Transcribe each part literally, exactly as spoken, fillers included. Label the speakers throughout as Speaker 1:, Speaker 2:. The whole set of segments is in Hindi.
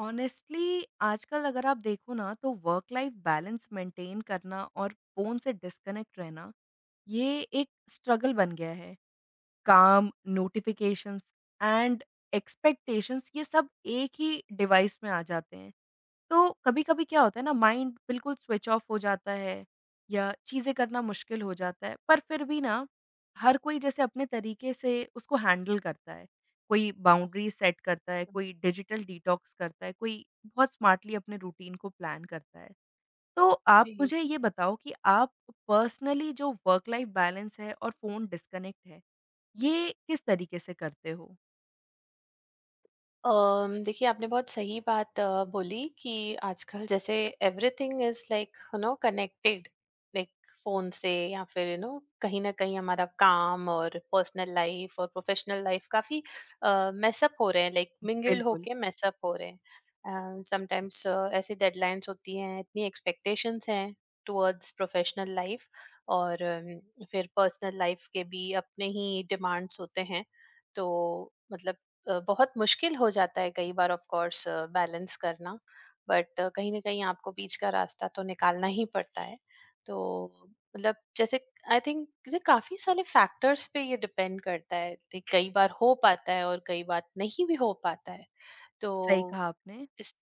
Speaker 1: ऑनेस्टली आजकल अगर आप देखो ना तो वर्क लाइफ बैलेंस मेंटेन करना और फोन से डिस्कनेक्ट रहना ये एक स्ट्रगल बन गया है। काम, नोटिफिकेशंस एंड एक्सपेक्टेशंस, ये सब एक ही डिवाइस में आ जाते हैं। तो कभी-कभी क्या होता है ना, माइंड बिल्कुल स्विच ऑफ हो जाता है या चीज़ें करना मुश्किल हो जाता है। पर फिर भी ना, हर कोई जैसे अपने तरीके से उसको हैंडल करता है। कोई बाउंड्रीज़ सेट करता है, कोई डिजिटल डिटॉक्स करता है, कोई बहुत स्मार्टली अपने रूटीन को प्लान करता है। तो आप
Speaker 2: जी।
Speaker 1: मुझे ये बताओ कि आप पर्सनली जो वर्क लाइफ बैलेंस है और फ़ोन डिस्कनेक्ट है, ये किस तरीके से करते हो?
Speaker 2: अम, देखिए आपने बहुत सही बात अ, बोली कि आजकल जैसे everything is like you know connected like phone से या फिर यू नो कहीं ना कहीं हमारा काम और पर्सनल लाइफ और प्रोफेशनल लाइफ काफी मैसअप हो रहे हैं लाइक मिंगल्ड
Speaker 1: बिल्कुल,
Speaker 2: होके मैसअप हो रहे हैं समटाइम्स। ऐसी डेडलाइंस होती हैं, इतनी एक्सपेक्टेशंस हैं टुवर्ड्स प्रोफेशनल लाइफ, और अम, फिर पर्सनल लाइफ के भी अपने ही डिमांड्स होते हैं। तो मतलब अ, बहुत मुश्किल हो जाता है कई बार, ऑफ कोर्स, बैलेंस करना। बट कहीं ना कहीं आपको बीच का रास्ता तो निकालना ही पड़ता है। तो मतलब जैसे आई थिंक जैसे काफी सारे फैक्टर्स पे ये डिपेंड करता है कि कई बार हो पाता है और कई बार नहीं भी हो पाता है। तो
Speaker 1: सही कहा आपने।
Speaker 2: इस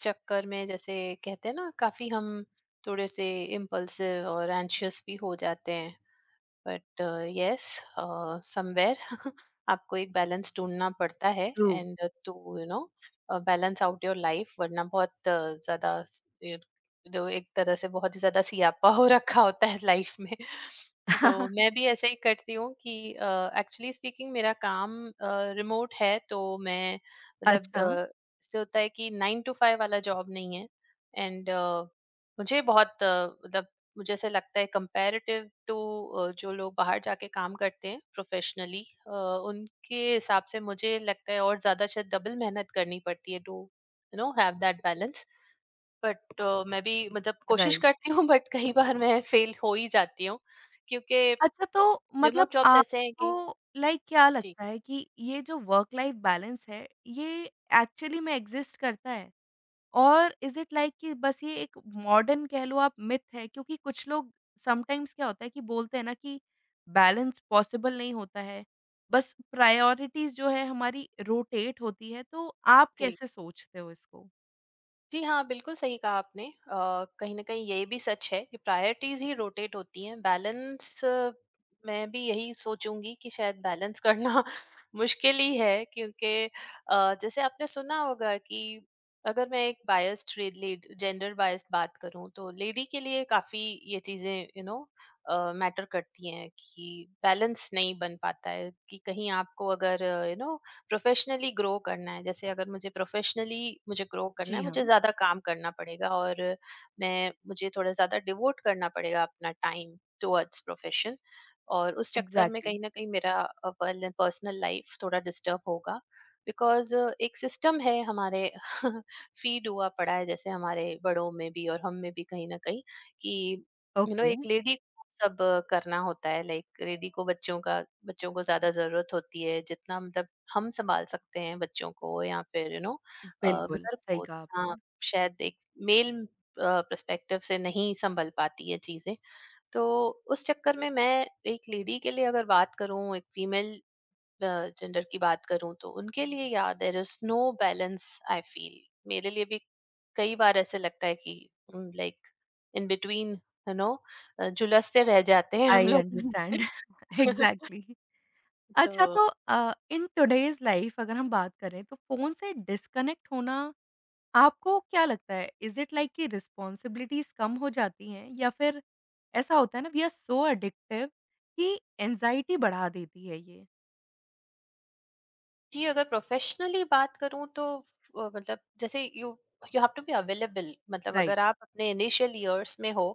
Speaker 2: चक्कर में जैसे कहते हैं ना, काफी हम थोड़े से इम्पल्सिव और एंशियस भी हो जाते हैं। बट यस, समवेयर आपको एक बैलेंस ढूँढना पड़ता है,
Speaker 1: true.
Speaker 2: And to you know balance out your life, वरना बहुत अ, ज्यादा स- ये जो एक तरह से बहुत ही ज्यादा सियापा हो रखा होता है लाइफ में। तो मैं भी ऐसे ही करती हूँ कि एक्चुअली स्पीकिंग मेरा काम रिमोट है। तो मैं मतलब
Speaker 1: अच्छा,
Speaker 2: अ, इससे होता है कि नाइन टू फाइव वाला जॉब नहीं है। एंड मुझे बहुत अ, मतलब मुझे ऐसा लगता है कंपैरेटिव टू, जो लोग बाहर जाके काम करते हैं प्रोफेशनली, उनके हिसाब से मुझे लगता है और ज्यादा शायद डबल मेहनत करनी पड़ती है to you know have that balance. But मैं भी मतलब कोशिश
Speaker 1: राइट।
Speaker 2: करती हूँ, बट कई बार मैं फेल हो ही जाती हूँ, क्योंकि
Speaker 1: अच्छा तो मतलब
Speaker 2: रिमोट जॉब्स ऐसे हैं
Speaker 1: आपको
Speaker 2: कि
Speaker 1: लाइक क्या
Speaker 2: जी
Speaker 1: लगता है कि ये जो वर्क लाइफ बैलेंस है, ये एक्चुअली में एक्सिस्ट करता है? और इज़ इट लाइक कि बस ये एक मॉडर्न कह लो आप मिथ है, क्योंकि कुछ लोग समटाइम्स क्या होता है कि बोलते हैं ना कि बैलेंस पॉसिबल नहीं होता है, बस प्रायोरिटीज़ जो है हमारी रोटेट होती है, तो आप
Speaker 2: जी,
Speaker 1: कैसे सोचते हो इसको?
Speaker 2: जी हाँ, बिल्कुल सही कहा आपने। अ, कहीं न कहीं ये भी सच है कि प्रायोरिटीज़ ही रोटेट होती हैं। बैलेंस, मैं भी यही सोचूँगी कि शायद बैलेंस करना मुश्किल ही है, क्योंकि अ, जैसे आपने सुना होगा कि अगर मैं एक बायस्ड रे लीड जेंडर बायस्ड बात करूँ तो लेडी के लिए काफ़ी ये चीज़ें यू नो अ, मैटर करती हैं कि बैलेंस नहीं बन पाता है कि कहीं आपको अगर यू नो प्रोफेशनली ग्रो करना है। जैसे अगर मुझे प्रोफेशनली मुझे ग्रो करना है,
Speaker 1: जी हाँ,
Speaker 2: मुझे ज्यादा काम करना पड़ेगा, और मैं मुझे थोड़ा ज्यादा डिवोट करना पड़ेगा अपना टाइम टुवर्ड्स प्रोफेशन। और उस चक्कर में
Speaker 1: एग्ज़ैक्टली,
Speaker 2: कहीं ना कहीं मेरा पर्सनल लाइफ थोड़ा डिस्टर्ब होगा, बिकॉज एक सिस्टम है हमारे फीड हुआ पड़ा है जैसे हमारे बड़ों में भी और हम में भी कहीं ना कहीं कि यू नो
Speaker 1: ओके,
Speaker 2: एक लेडी सब करना होता है, लाइक लेडी को बच्चों का, बच्चों को ज्यादा जरूरत होती है जितना मतलब हम सँभाल सकते हैं बच्चों को या फिर यू नो अ,
Speaker 1: बिल्कुल,
Speaker 2: घर
Speaker 1: सही
Speaker 2: को।
Speaker 1: कहा
Speaker 2: हाँ,
Speaker 1: आपने।
Speaker 2: शायद एक मेल अ, पर्सपेक्टिव से नहीं सँभल पाती है चीज़ें। तो उस चक्कर में मैं एक लेडी के लिए अगर बात करूँ, एक फीमेल अ, जेंडर की बात करूँ, तो उनके लिए या there is no balance, I feel. मेरे लिए भी कई बार ऐसे लगता है कि um, like in between you know uh, झुलसते रह जाते हैं हम
Speaker 1: आई
Speaker 2: लोग।
Speaker 1: Understand, exactly.
Speaker 2: तो
Speaker 1: अच्छा तो अ, इन टुडेज़ लाइफ अगर हम बात करें तो फ़ोन से डिस्कनेक्ट होना आपको क्या लगता है? इज़ इट लाइक कि रिस्पॉन्सिबिलिटीज़ कम हो जाती हैं या फिर ऐसा होता है ना, वी आर सो एडिक्टिव कि एंग्ज़ायटी बढ़ा देती है ये?
Speaker 2: जी, अगर प्रोफेशनली बात करूँ तो अ, मतलब जैसे you you have to be available, मतलब
Speaker 1: राइट,
Speaker 2: अगर आप अपने इनिशियल ईयर्स में हो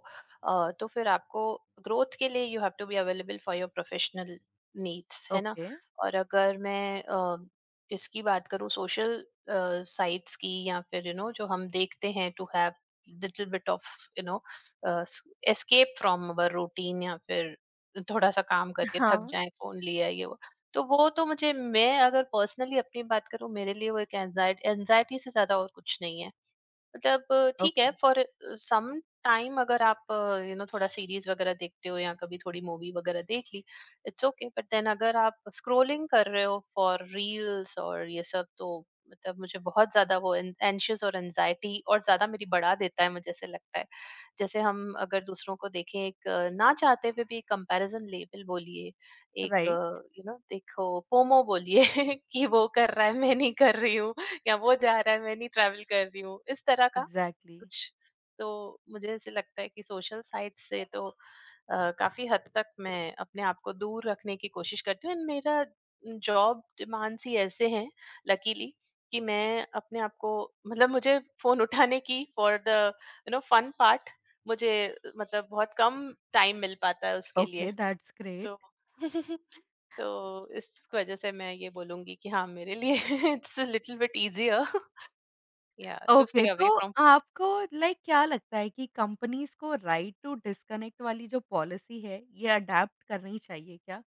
Speaker 2: अ, तो फिर आपको ग्रोथ के लिए you have to be available for your professional needs है ना।
Speaker 1: ओके,
Speaker 2: और अगर मैं अ, इसकी बात करूँ सोशल साइट्स की, या फिर यू you नो know, जो हम देखते हैं to have little bit of you know escape from our routine या फिर थोड़ा सा काम करके थक
Speaker 1: हाँ,
Speaker 2: जाए फोन लिया, ये तो वो तो मुझे, मैं अगर पर्सनली अपनी बात करूँ, मेरे लिए वो एक एंजाइटी एंजाइटी से ज़्यादा और कुछ नहीं है। मतलब अ, ठीक
Speaker 1: ओके,
Speaker 2: है फॉर सम टाइम अगर आप यू नो थोड़ा सीरीज वगैरह देखते हो या कभी थोड़ी मूवी वगैरह देख ली, इट्स ओके। बट देन अगर आप स्क्रोलिंग कर रहे हो फॉर रील्स और ये सब, तो मतलब मुझे बहुत ज्यादा वो एंशियस और एनजाइटी और ज्यादा मेरी बढ़ा देता है, मुझे ऐसे लगता है। जैसे हम अगर दूसरों को देखें, एक अ, ना चाहते हुए भी कंपैरिजन लेबल बोलिए, एक
Speaker 1: राइट,
Speaker 2: यू नो देखो पोमो बोलिए कि वो कर रहा है, मैं नहीं कर रही हूँ, या वो जा रहा है, मैं नहीं ट्रैवल कर रही हूँ, इस तरह का
Speaker 1: एग्ज़ैक्टली,
Speaker 2: कुछ। तो मुझे ऐसे लगता है कि सोशल साइट से तो अ, काफी हद तक मैं अपने आप को दूर रखने की कोशिश करती हूँ। एंड मेरा जॉब डिमांड्स ही ऐसे हैं लकीली कि मैं अपने आप को मतलब मुझे फोन उठाने की for the you know fun part, मुझे मतलब बहुत कम टाइम मिल पाता है उसके लिए।
Speaker 1: Okay that's great.
Speaker 2: तो तो इस वजह से मैं ये बोलूंगी कि हाँ, मेरे लिए it's little bit easier, yeah, to stay
Speaker 1: okay तो
Speaker 2: away from phone.
Speaker 1: आपको लाइक क्या लगता है कि कंपनीज़ को राइट टू डिस्कनेक्ट वाली जो पॉलिसी है ये अडॉप्ट करनी चाहिए क्या?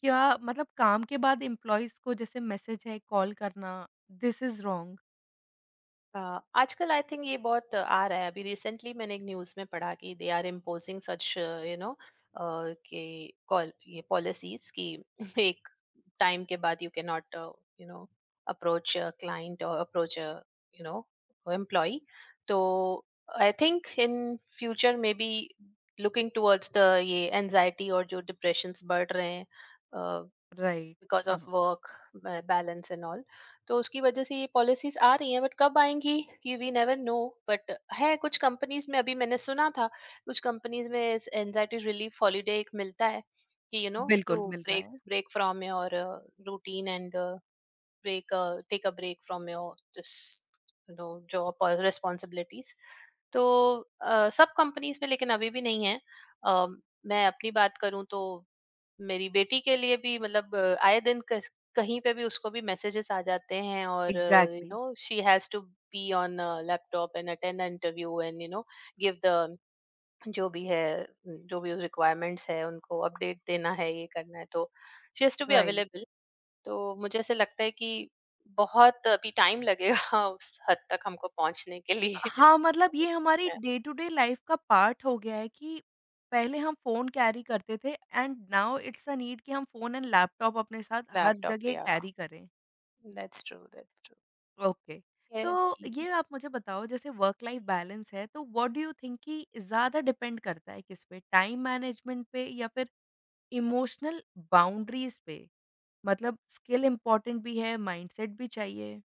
Speaker 1: क्या मतलब काम के बाद एम्प्लॉइज को जैसे मैसेज है, कॉल करना, दिस इज़ रॉन्ग।
Speaker 2: अ, आजकल आई थिंक ये बहुत आ रहा है। अभी रिसेंटली मैंने एक न्यूज़ में पढ़ा कि they are imposing such you know कि कॉल ये पॉलिसीज कि एक टाइम के बाद you can not you know approach client और अप्रोच यू नो एम्प्लॉय। तो I think in future maybe looking towards the ये एनजाइटी और जो डिप्रेशंस बढ़ रहे हैं बिकॉज
Speaker 1: राइट,
Speaker 2: ऑफ
Speaker 1: हाँ,
Speaker 2: वर्क बैलेंस एंड ऑल, तो उसकी वजह से ये पॉलिसीज आ रही हैं। बट कब आएंगी, ये वी नेवर नो। बट है कुछ कंपनीज में, अभी मैंने सुना था कुछ कंपनीज में एनजाइटी रिलीफ हॉलीडे एक मिलता है कि यू नो टू
Speaker 1: बिल्कुल मिल रहा
Speaker 2: ब्रेक
Speaker 1: है।
Speaker 2: Break from your routine, and break, take a break from your this no job और रिस्पॉन्सिबिलिटीज। तो अ, सब कंपनीज में लेकिन अभी भी नहीं है। अ, मैं अपनी बात करूं तो मेरी बेटी के लिए भी मतलब अ, आए दिन कस कहीं पे भी उसको भी मैसेजेस आ जाते हैं, और you
Speaker 1: exactly.
Speaker 2: No she has to be on laptop and attend interview and you know give the, जो भी है न, जो भी रिक्वायरमेंट्स है उनको अपडेट देना है, ये करना है, तो she has to be
Speaker 1: right.
Speaker 2: Available. तो मुझे ऐसे लगता है कि बहुत अभी टाइम लगेगा उस हद तक हमको पहुंचने के लिए।
Speaker 1: हाँ, मतलब ये हमारी डे टू डे लाइफ़ का पार्ट हो गया है कि पहले हम फ़ोन कैरी करते थे and now it's a need कि हम फ़ोन एंड लैपटॉप अपने साथ हर
Speaker 2: लैपटॉप
Speaker 1: जगह
Speaker 2: या,
Speaker 1: कैरी करें।
Speaker 2: That's true, that's
Speaker 1: okay,
Speaker 2: true.
Speaker 1: तो ये आप मुझे बताओ जैसे वर्क लाइफ़ बैलेंस है, तो व्हाट डू यू थिंक कि ज़्यादा डिपेंड करता है किस पे? टाइम मैनेजमेंट पे या फिर इमोशनल बाउंड्रीज़ पे, मतलब स्किल इम्पोर्टेंट भी है, माइंडसेट भी चाहिए।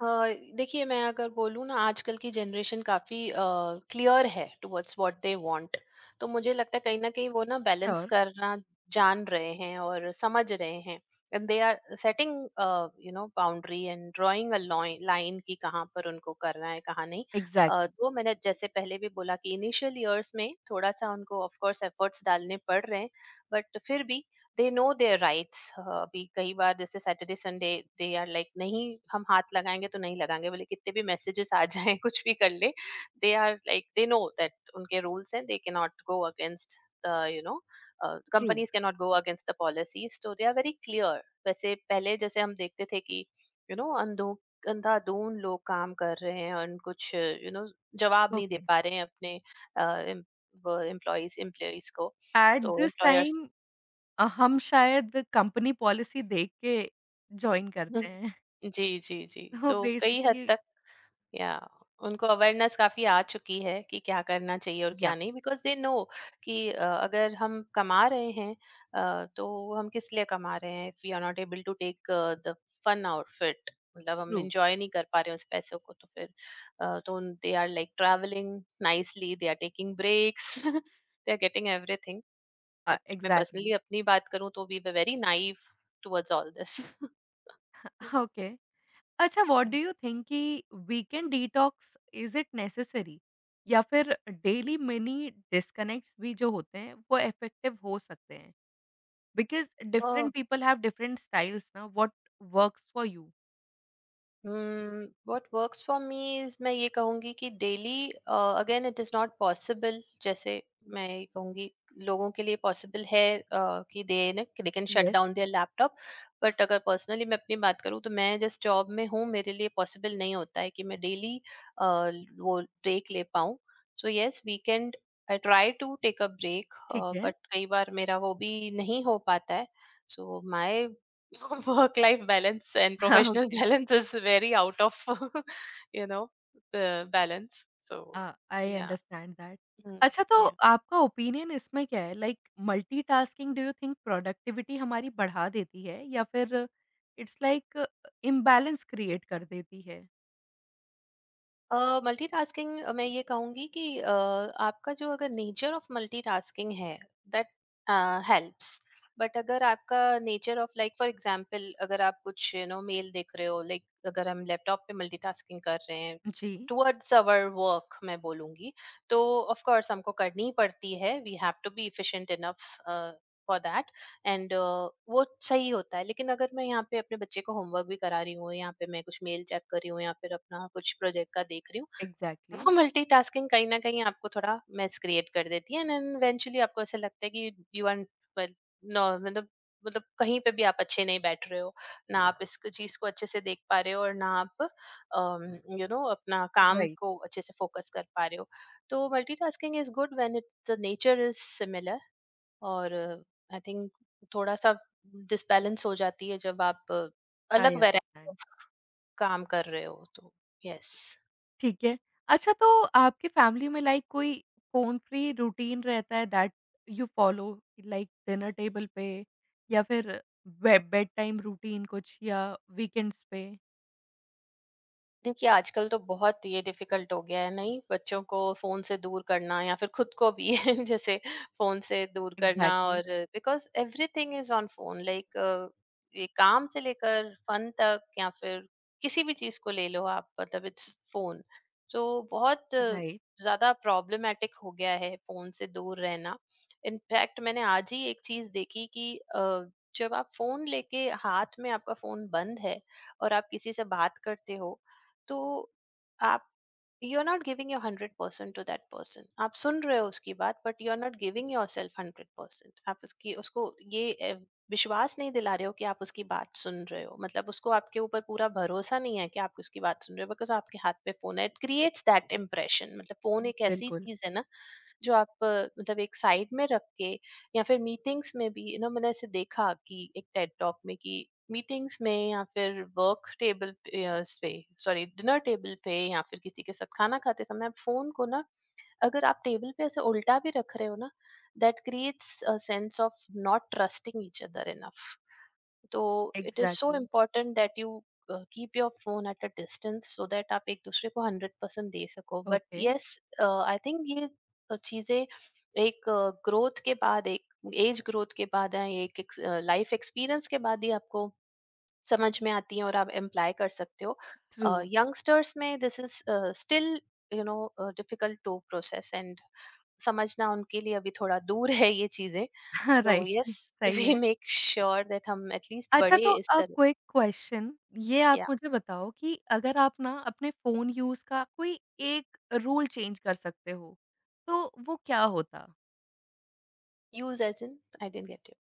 Speaker 2: अ, देखिए, मैं अगर बोलूँ ना, आजकल की जनरेशन काफ़ी क्लियर है टुवर्ड्स व्हाट दे वांट। तो मुझे लगता है कहीं ना कहीं वो ना बैलेंस
Speaker 1: श्योर,
Speaker 2: करना जान रहे हैं और समझ रहे हैं, and they are setting you know boundary and drawing a line कि कहाँ पर उनको करना है, कहाँ नहीं। अ,
Speaker 1: एग्ज़ैक्टली,
Speaker 2: तो मैंने जैसे पहले भी बोला कि इनिशियल ईयर्स में थोड़ा सा उनको ऑफ कोर्स एफर्ट्स डालने पड़ रहे हैं, बट फिर भी दे नो देयर राइट्स। अभी कई बार, जैसे Saturday Sunday, they are like नहीं, हम हाथ लगाएंगे तो नहीं लगाएंगे, बोले कितने भी मैसेजेस आ जाएं कुछ भी कर ले, they are like, they know that उनके रूल्स हैं, they can not go against the you know
Speaker 1: true,
Speaker 2: companies can not go against the policies. तो दे आर वेरी क्लियर। वैसे पहले जैसे हम देखते थे कि यू नो अंधों अंधाधुन लोग काम कर रहे हैं और कुछ यू नो जवाब नहीं दे
Speaker 1: ओके।
Speaker 2: पा रहे हैं अपने एम्प्लॉयज एम्प्लॉयज को,
Speaker 1: at
Speaker 2: to
Speaker 1: this
Speaker 2: employers,
Speaker 1: time uh, हम शायद कंपनी पॉलिसी देख के जॉइन
Speaker 2: हम्म,
Speaker 1: करते हैं।
Speaker 2: जी, जी, जी।
Speaker 1: तो
Speaker 2: तो कई हद
Speaker 1: बेसिकली
Speaker 2: तक या उनको अवेयरनेस काफ़ी आ चुकी है कि क्या करना चाहिए और क्या
Speaker 1: या
Speaker 2: नहीं, बिकॉज़ दे नो कि अ, अगर हम कमा रहे हैं अ, तो हम किस लिए कमा रहे हैं, if we are not able to take the fun out of it, मतलब हम
Speaker 1: ट्रू,
Speaker 2: एंजॉय नहीं कर पा रहे हैं उस पैसों को, तो फिर अ, तो they are like travelling nicely, they are taking breaks, they are getting everything.
Speaker 1: Uh,
Speaker 2: but मैं पर्सनली
Speaker 1: एग्ज़ैक्टली
Speaker 2: अपनी बात करूं तो we were very naive towards all this.
Speaker 1: Okay. अच्छा व्हाट डू यू थिंक कि weekend detox is it necessary या फिर डेली मिनी डिस्कनेक्ट्स भी जो होते हैं, वो इफेक्टिव हो सकते हैं? Because different people have different styles ना, what works for you.
Speaker 2: What works for me is, मैं ये कहूंगी कि daily again it is not possible. जैसे मैं ये कहूंगी लोगों के लिए पॉसिबल है, uh, कि दे ना they can shut
Speaker 1: yes,
Speaker 2: down their laptop, but अगर पर्सनली मैं अपनी बात करूँ, तो मैं जिस जॉब में हूँ, मेरे लिए पॉसिबल नहीं होता है कि मैं डेली वो ब्रेक ले पाऊँ। So yes, weekend I try to take a break,
Speaker 1: ठीक है।
Speaker 2: बट कई बार मेरा वो भी नहीं हो पाता है। So my work life balance and
Speaker 1: हाँ,
Speaker 2: professional
Speaker 1: okay.
Speaker 2: balance is very out of you know, the balance, so
Speaker 1: अ, I
Speaker 2: yeah,
Speaker 1: understand that.
Speaker 2: mm,
Speaker 1: अच्छा तो
Speaker 2: yeah.
Speaker 1: आपका ओपिनियन इसमें क्या है? Like multitasking do you think productivity हमारी बढ़ा देती है या फिर इट्स लाइक इम्बैलेंस क्रिएट कर देती है?
Speaker 2: मल्टीटास्किंग, मैं ये कहूंगी कि अ, आपका जो अगर नेचर ऑफ मल्टीटास्किंग है, दैट हेल्प्स। बट अगर आपका nature of, like for example, अगर आप कुछ यू नो मेल देख रहे हो, लाइक अगर हम लैपटॉप पे मल्टीटास्किंग कर रहे हैं
Speaker 1: जी।
Speaker 2: टुवर्ड्स अवर वर्क, मैं बोलूंगी, तो ऑफ कोर्स हमको करनी ही पड़ती है, we have to be efficient enough for that. And uh, वो सही होता है। लेकिन अगर मैं यहाँ पे अपने बच्चे को होमवर्क भी करा रही हूँ, यहाँ पे मैं कुछ मेल चेक कर रही हूँ, या फिर अपना कुछ प्रोजेक्ट का देख रही हूँ,
Speaker 1: एग्ज़ैक्टली।
Speaker 2: वो मल्टीटास्किंग कहीं ना कहीं आपको थोड़ा मेस क्रिएट कर देती है, एंड देन इवेंचुअली आपको ऐसा लगता है कि यू आर नो मतलब। मतलब कहीं पे भी आप अच्छे नहीं बैठ रहे हो, ना आप इस चीज को अच्छे से देख पा रहे हो, और ना आप यू नो अपना काम
Speaker 1: राइट।
Speaker 2: को अच्छे से फोकस कर पा रहे हो। तो multitasking is good when it the nature is similar. और आई थिंक थोड़ा सा डिसबैलेंस हो जाती है जब आप अ, अलग
Speaker 1: आई
Speaker 2: वैरायटी
Speaker 1: अंडरस्टैंड।
Speaker 2: ऑफ काम कर रहे हो। तो यस।
Speaker 1: ठीक है। अच्छा तो आपकी फैमिली में लाइक कोई फ़ोन फ्री रूटीन रहता है that you follow, like dinner table पे या फिर बे बेड टाइम रूटीन कुछ या वीकेंड्स पे?
Speaker 2: देखिए, आजकल तो बहुत ये डिफिकल्ट हो गया है नहीं, बच्चों को फोन से दूर करना या फिर खुद को भी जैसे फोन से दूर करना।
Speaker 1: एग्ज़ैक्टली,
Speaker 2: और because everything is on phone, like ये काम से लेकर फन तक या फिर किसी भी चीज को ले लो आप, मतलब इट्स फोन। सो बहुत अ,
Speaker 1: राइट।
Speaker 2: ज्यादा प्रॉब्लमेटिक हो गया है फोन से दूर रहना। इनफैक्ट मैंने आज ही एक चीज देखी कि अ, जब आप फोन लेके, हाथ में आपका फोन बंद है और आप किसी से बात करते हो, तो आप you are not giving your hundred percent to that person. आप सुन रहे हो उसकी बात, but you are not giving your self hundred percent. आप उसकी उसको ये अ, विश्वास नहीं दिला रहे हो कि आप उसकी बात सुन रहे हो। मतलब उसको आपके ऊपर पूरा भरोसा नहीं है कि आप उसकी बात सुन रहे हो, बिकॉज आपके हाथ पे फोन है। It creates that impression. मतलब फोन एक ऐसी
Speaker 1: बिल्कुल।
Speaker 2: चीज है ना जो आप अ, मतलब एक साइड में रख के, या फिर मीटिंग्स में भी, यू नो मैंने ऐसे देखा कि एक टेड टॉक में कि मीटिंग्स में या फिर वर्क टेबल पे अ, इस पे सॉरी डिनर टेबल पे या फिर किसी के साथ खाना खाते समय आप फोन को ना, अगर आप टेबल पे ऐसे उल्टा भी रख रहे हो ना, that creates a sense of not trusting each other enough. तो it is so
Speaker 1: exactly.
Speaker 2: Important that you keep your phone at a distance, so that आप एक दूसरे को हंड्रेड परसेंट दे सको। But
Speaker 1: okay.
Speaker 2: Yes, I think ये अ, चीजें एक ग्रोथ के बाद, एक एज ग्रोथ के बाद है, एक लाइफ एक्सपीरियंस के बाद ही आपको समझ में आती है और आप एम्प्लॉय कर सकते हो।
Speaker 1: ट्रू।
Speaker 2: यंगस्टर्स में this is still, you know, difficult to process, and समझना उनके लिए अभी थोड़ा दूर है ये चीजें। तो यस,
Speaker 1: राइट, सही
Speaker 2: वी
Speaker 1: है।
Speaker 2: मेक श्योर दैट हम एटलीस्ट
Speaker 1: अच्छा
Speaker 2: बड़े
Speaker 1: तो
Speaker 2: इस
Speaker 1: अ,
Speaker 2: तरह।
Speaker 1: क्विक क्वेश्चन, ये आप
Speaker 2: Yeah.
Speaker 1: मुझे बताओ कि अगर आप ना अपने फ़ोन यूज़ का कोई एक रूल चेंज कर सकते हो, तो वो क्या होता?
Speaker 2: Use as in? I didn't get you.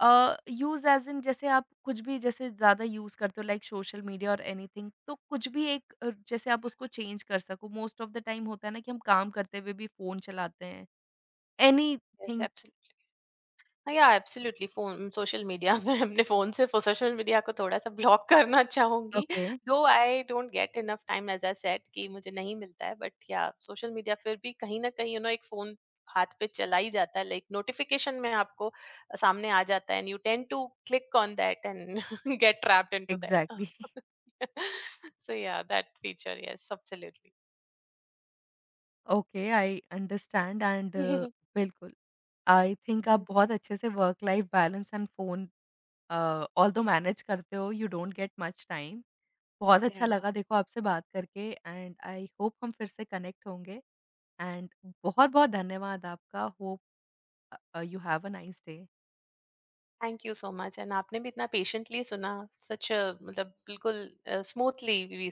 Speaker 1: Uh, use as in जैसे आप कुछ भी जैसे ज़्यादा यूज़ करते हो लाइक सोशल मीडिया और एनीथिंग, तो कुछ भी एक अ, जैसे आप उसको चेंज कर सको। मोस्ट ऑफ द टाइम होता है ना कि हम काम करते हुए भी फ़ोन चलाते हैं।
Speaker 2: Yes,
Speaker 1: anything
Speaker 2: absolutely. हाँ, या एब्सोल्युटली फोन सोशल मीडिया में अपने फोन से सोशल मीडिया को थोड़ा सा ब्लॉक करना चाहूंगी।
Speaker 1: Okay,
Speaker 2: though I don't get enough time, as I said कि मुझे नहीं मिलता है, बट या सोशल मीडिया फिर भी कहीं ना कहीं, यू नो, एक फोन हाथ पे चला ही जाता है, लाइक नोटिफिकेशन में आपको सामने आ जाता है and you tend to click on that and get trapped into that.
Speaker 1: Exactly.
Speaker 2: So या that feature, yes, absolutely.
Speaker 1: Okay, I understand and बिल्कुल, आई थिंक आप बहुत अच्छे से work life balance and phone uh, although manage करते हो, you don't get much time. बहुत
Speaker 2: Yeah.
Speaker 1: अच्छा लगा देखो आपसे बात करके एंड आई होप हम फिर से कनेक्ट होंगे एंड बहुत बहुत धन्यवाद आपका। Hope you have a nice day.
Speaker 2: Thank you so much, and you've been so patient. We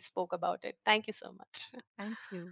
Speaker 2: spoke about it. Thank you so much.
Speaker 1: Thank you.